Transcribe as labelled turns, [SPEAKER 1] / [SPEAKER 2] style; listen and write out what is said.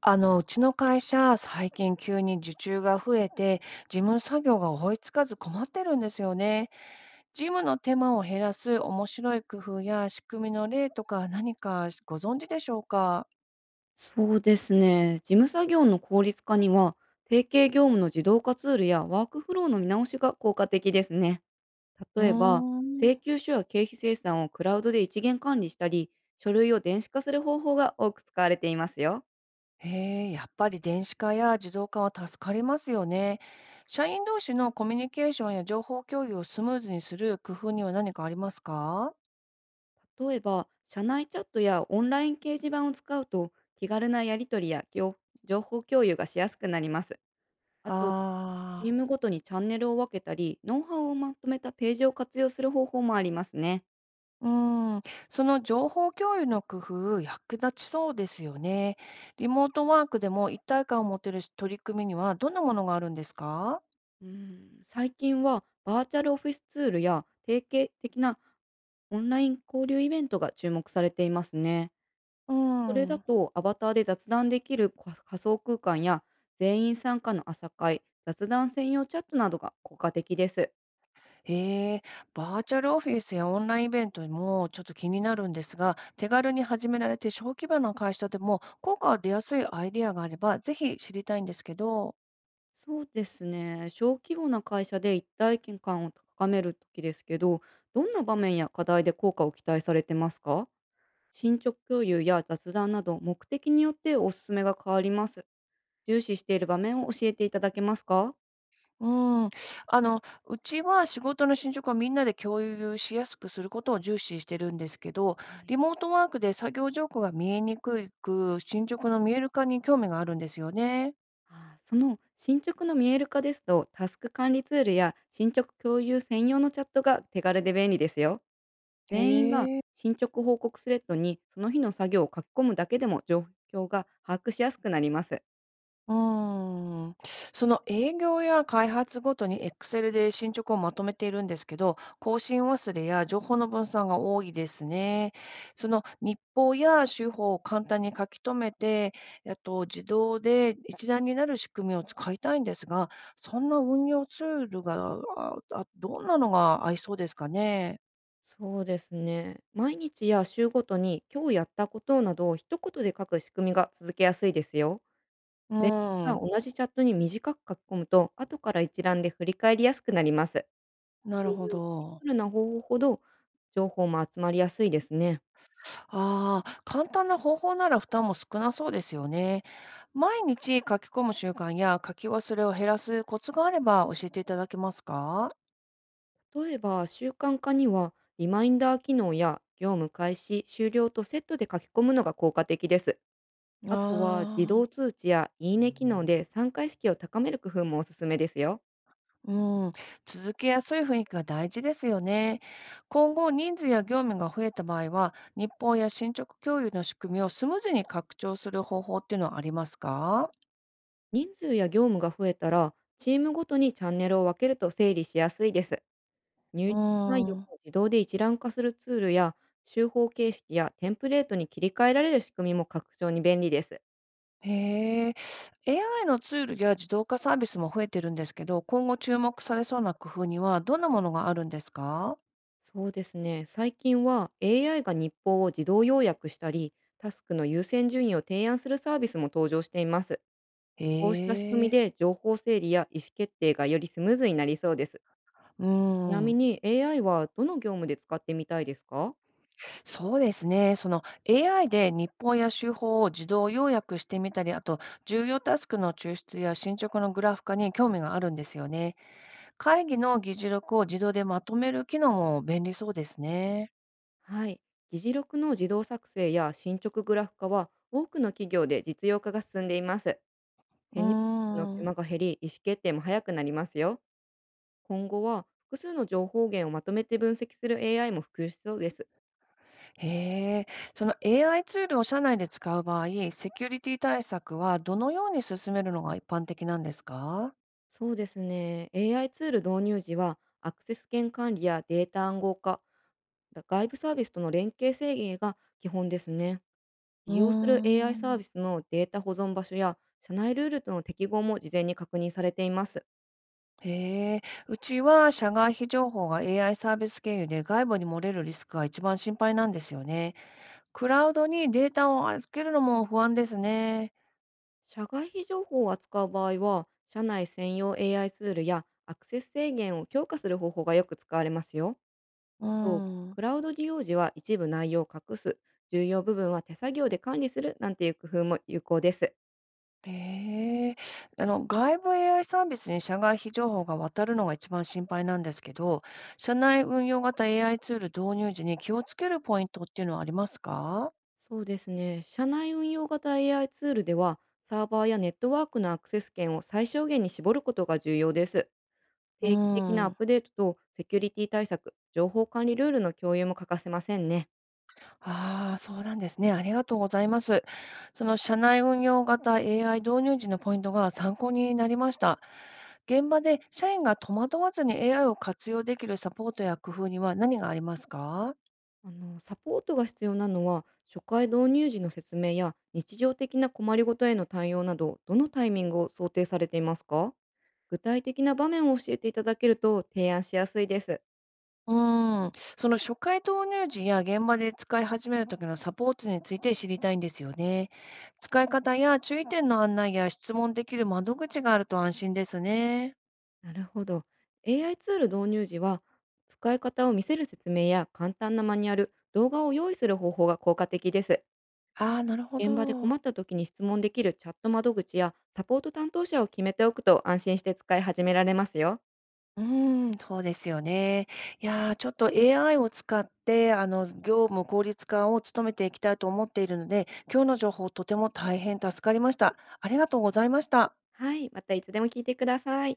[SPEAKER 1] うちの会社、最近急に受注が増えて、事務作業が追いつかず困ってるんですよね。事務の手間を減らす面白い工夫や仕組みの例とか何かご存知でしょうか？
[SPEAKER 2] そうですね。事務作業の効率化には、定型業務の自動化ツールやワークフローの見直しが効果的ですね。
[SPEAKER 1] う
[SPEAKER 2] 例えば、
[SPEAKER 1] ー
[SPEAKER 2] 請
[SPEAKER 1] ん。
[SPEAKER 2] 求書や経費精算をクラウドで一元管理したり、書類を電子化する方法が多く使われていますよ。
[SPEAKER 1] へえ、やっぱり電子化や自動化は助かりますよね。社員同士のコミュニケーションや情報共有をスムーズにする工夫には何かありますか？
[SPEAKER 2] 例えば、社内チャットやオンライン掲示板を使うと、気軽なやり取りや情報共有がしやすくなります。あと、
[SPEAKER 1] あ
[SPEAKER 2] チー
[SPEAKER 1] あ
[SPEAKER 2] ム
[SPEAKER 1] ー。
[SPEAKER 2] ごとにチャンネルを分けたり、ノウハウをまとめたページを活用する方法もありますね。
[SPEAKER 1] うん、その情報共有の工夫、役立ちそうですよね。リモートワークでも一体感を持てる取り組みにはどんなものがあるんですか？
[SPEAKER 2] うん、最近はバーチャルオフィスツールや定型的なオンライン交流イベントが注目されていますね。
[SPEAKER 1] う
[SPEAKER 2] それだ
[SPEAKER 1] ん。
[SPEAKER 2] とアバターで雑談できる仮想空間や全員参加の朝会、雑談専用チャットなどが効果的です。
[SPEAKER 1] へえ、バーチャルオフィスやオンラインイベントもちょっと気になるんですが、手軽に始められて小規模な会社でも効果が出やすいアイディアがあれば、ぜひ知りたいんですけど。
[SPEAKER 2] そうですね。小規模な会社で一体感を高めるときですけど、どんな場面や課題で効果を期待されてますか？進捗共有や雑談など目的によっておすすめが変わります。重視している場面を教えていただけますか？
[SPEAKER 1] うん。うちは仕事の進捗をみんなで共有しやすくすることを重視してるんですけど、
[SPEAKER 2] はい。
[SPEAKER 1] リモートワークで作業状況が見えにくく、進捗の見える化に興味があるんですよね。
[SPEAKER 2] その進捗の見える化ですと、タスク管理ツールや進捗共有専用のチャットが手軽で便利ですよ。
[SPEAKER 1] へ。
[SPEAKER 2] 全員が進捗報告スレッドにその日の作業を書き込むだけでも状況が把握しやすくなります。
[SPEAKER 1] うーん。その営業や開発ごとに Excel で進捗をまとめているんですけど、更新忘れや情報の分散が多いですね。その日報や手法を簡単に書き留めて、あと自動で一覧になる仕組みを使いたいんですが、そんな運用ツールが、どんなのが合いそうですかね。
[SPEAKER 2] そうですね。毎日や週ごとに今日やったことなどを一言で書く仕組みが続けやすいですよ。
[SPEAKER 1] う
[SPEAKER 2] 全員
[SPEAKER 1] ー
[SPEAKER 2] が
[SPEAKER 1] ん、
[SPEAKER 2] 同じチャットに短く書き込むと、後から一覧で振り返りやすくなります。
[SPEAKER 1] な
[SPEAKER 2] そ
[SPEAKER 1] る
[SPEAKER 2] う
[SPEAKER 1] ほ
[SPEAKER 2] いうシン
[SPEAKER 1] ど。
[SPEAKER 2] プルな方法ほど情報も集まりやすいですね。
[SPEAKER 1] ああ、簡単な方法なら負担も少なそうですよね。毎日書き込む習慣や書き忘れを減らすコツがあれば教えていただけますか？
[SPEAKER 2] 例えば、習慣化にはリマインダー機能や業務開始、終了とセットで書き込むのが効果的です。あとは自
[SPEAKER 1] あ
[SPEAKER 2] 動
[SPEAKER 1] あ、
[SPEAKER 2] 通知やいいね機能で参加意識を高める工夫もおすすめですよ。
[SPEAKER 1] うん、続けやすい雰囲気が大事ですよね。今後、人数や業務が増えた場合は、日報や進捗共有の仕組みをスムーズに拡張する方法っていうのはありますか？
[SPEAKER 2] 人数や業務が増えたら、チームごとにチャンネルを分けると整理しやすいです。入力
[SPEAKER 1] う
[SPEAKER 2] 内容
[SPEAKER 1] ん。
[SPEAKER 2] を自動で一覧化するツールや、集法形式やテンプレートに切り替えられる仕組みも拡張に便利です。
[SPEAKER 1] へえ、AI のツールや自動化サービスも増えてるんですけど、今後注目されそうな工夫にはどんなものがあるんですか？
[SPEAKER 2] そうですね。最近は AI が日報を自動要約したり、タスクの優先順位を提案するサービスも登場しています。
[SPEAKER 1] へ
[SPEAKER 2] こうした仕組み
[SPEAKER 1] え、
[SPEAKER 2] で情報整理や意思決定がよりスムーズになりそうです。
[SPEAKER 1] う
[SPEAKER 2] ちなみ
[SPEAKER 1] ん。
[SPEAKER 2] に、 AI はどの業務で使ってみたいですか？
[SPEAKER 1] そうですね。その AI で日報や手法を自動要約してみたり、あと重要タスクの抽出や進捗のグラフ化に興味があるんですよね。会議の議事録を自動でまとめる機能も便利そうですね。
[SPEAKER 2] はい。議事録の自動作成や進捗グラフ化は多くの企業で実用化が進んでいます。
[SPEAKER 1] うー
[SPEAKER 2] 手入力の手
[SPEAKER 1] ん。
[SPEAKER 2] 間が減り、意思決定も早くなりますよ。今後は複数の情報源をまとめて分析する AI も普及しそうです。
[SPEAKER 1] へえ。その AI ツールを社内で使う場合、セキュリティ対策はどのように進めるのが一般的なんですか？
[SPEAKER 2] そうですね。AI ツール導入時は、アクセス権管理やデータ暗号化、外部サービスとの連携制限が基本ですね。
[SPEAKER 1] う
[SPEAKER 2] 利用する AI
[SPEAKER 1] ー
[SPEAKER 2] サ
[SPEAKER 1] ん。
[SPEAKER 2] ービスのデータ保存場所や社内ルールとの適合も事前に確認されています。
[SPEAKER 1] へえ、うちは社外非情報が AI サービス経由で外部に漏れるリスクが一番心配なんですよね。クラウドにデータを預けるのも不安ですね。
[SPEAKER 2] 社外非情報を扱う場合は、社内専用 AI ツールやアクセス制限を強化する方法がよく使われますよ。
[SPEAKER 1] う
[SPEAKER 2] あと、
[SPEAKER 1] ん。
[SPEAKER 2] クラウド利用時は一部内容を隠す、重要部分は手作業で管理するなんていう工夫も有効です。
[SPEAKER 1] へえ、外部 AI サービスに社外非情報が渡るのが一番心配なんですけど、社内運用型 AI ツール導入時に気をつけるポイントっていうのはありますか？
[SPEAKER 2] そうですね。社内運用型 AI ツールでは、サーバーやネットワークのアクセス権を最小限に絞ることが重要です。
[SPEAKER 1] う
[SPEAKER 2] 定期的なアッ
[SPEAKER 1] ん。
[SPEAKER 2] プデートとセキュリティ対策、情報管理ルールの共有も欠かせませんね。
[SPEAKER 1] ああ、そうなんですね。ありがとうございます。その社内運用型 AI 導入時のポイントが参考になりました。現場で社員が戸惑わずに AI を活用できるサポートや工夫には何がありますか？
[SPEAKER 2] サポートが必要なのは、初回導入時の説明や日常的な困りごとへの対応など、どのタイミングを想定されていますか？具体的な場面を教えていただけると提案しやすいです。
[SPEAKER 1] うーん、その初回導入時や現場で使い始める時のサポートについて知りたいんですよね。使い方や注意点の案内や質問できる窓口があると安心ですね。
[SPEAKER 2] なるほど。AI ツール導入時は、使い方を見せる説明や簡単なマニュアル、動画を用意する方法が効果的です。
[SPEAKER 1] ああ、なるほ
[SPEAKER 2] 現場で
[SPEAKER 1] ど。
[SPEAKER 2] 困った時に質問できるチャット窓口やサポート担当者を決めておくと安心して使い始められますよ。
[SPEAKER 1] うーん、そうですよね。いやー、ちょっと AI を使って、業務効率化を努めていきたいと思っているので、今日の情報とても大変助かりました。ありがとうございました。
[SPEAKER 2] はい、またいつでも聞いてください。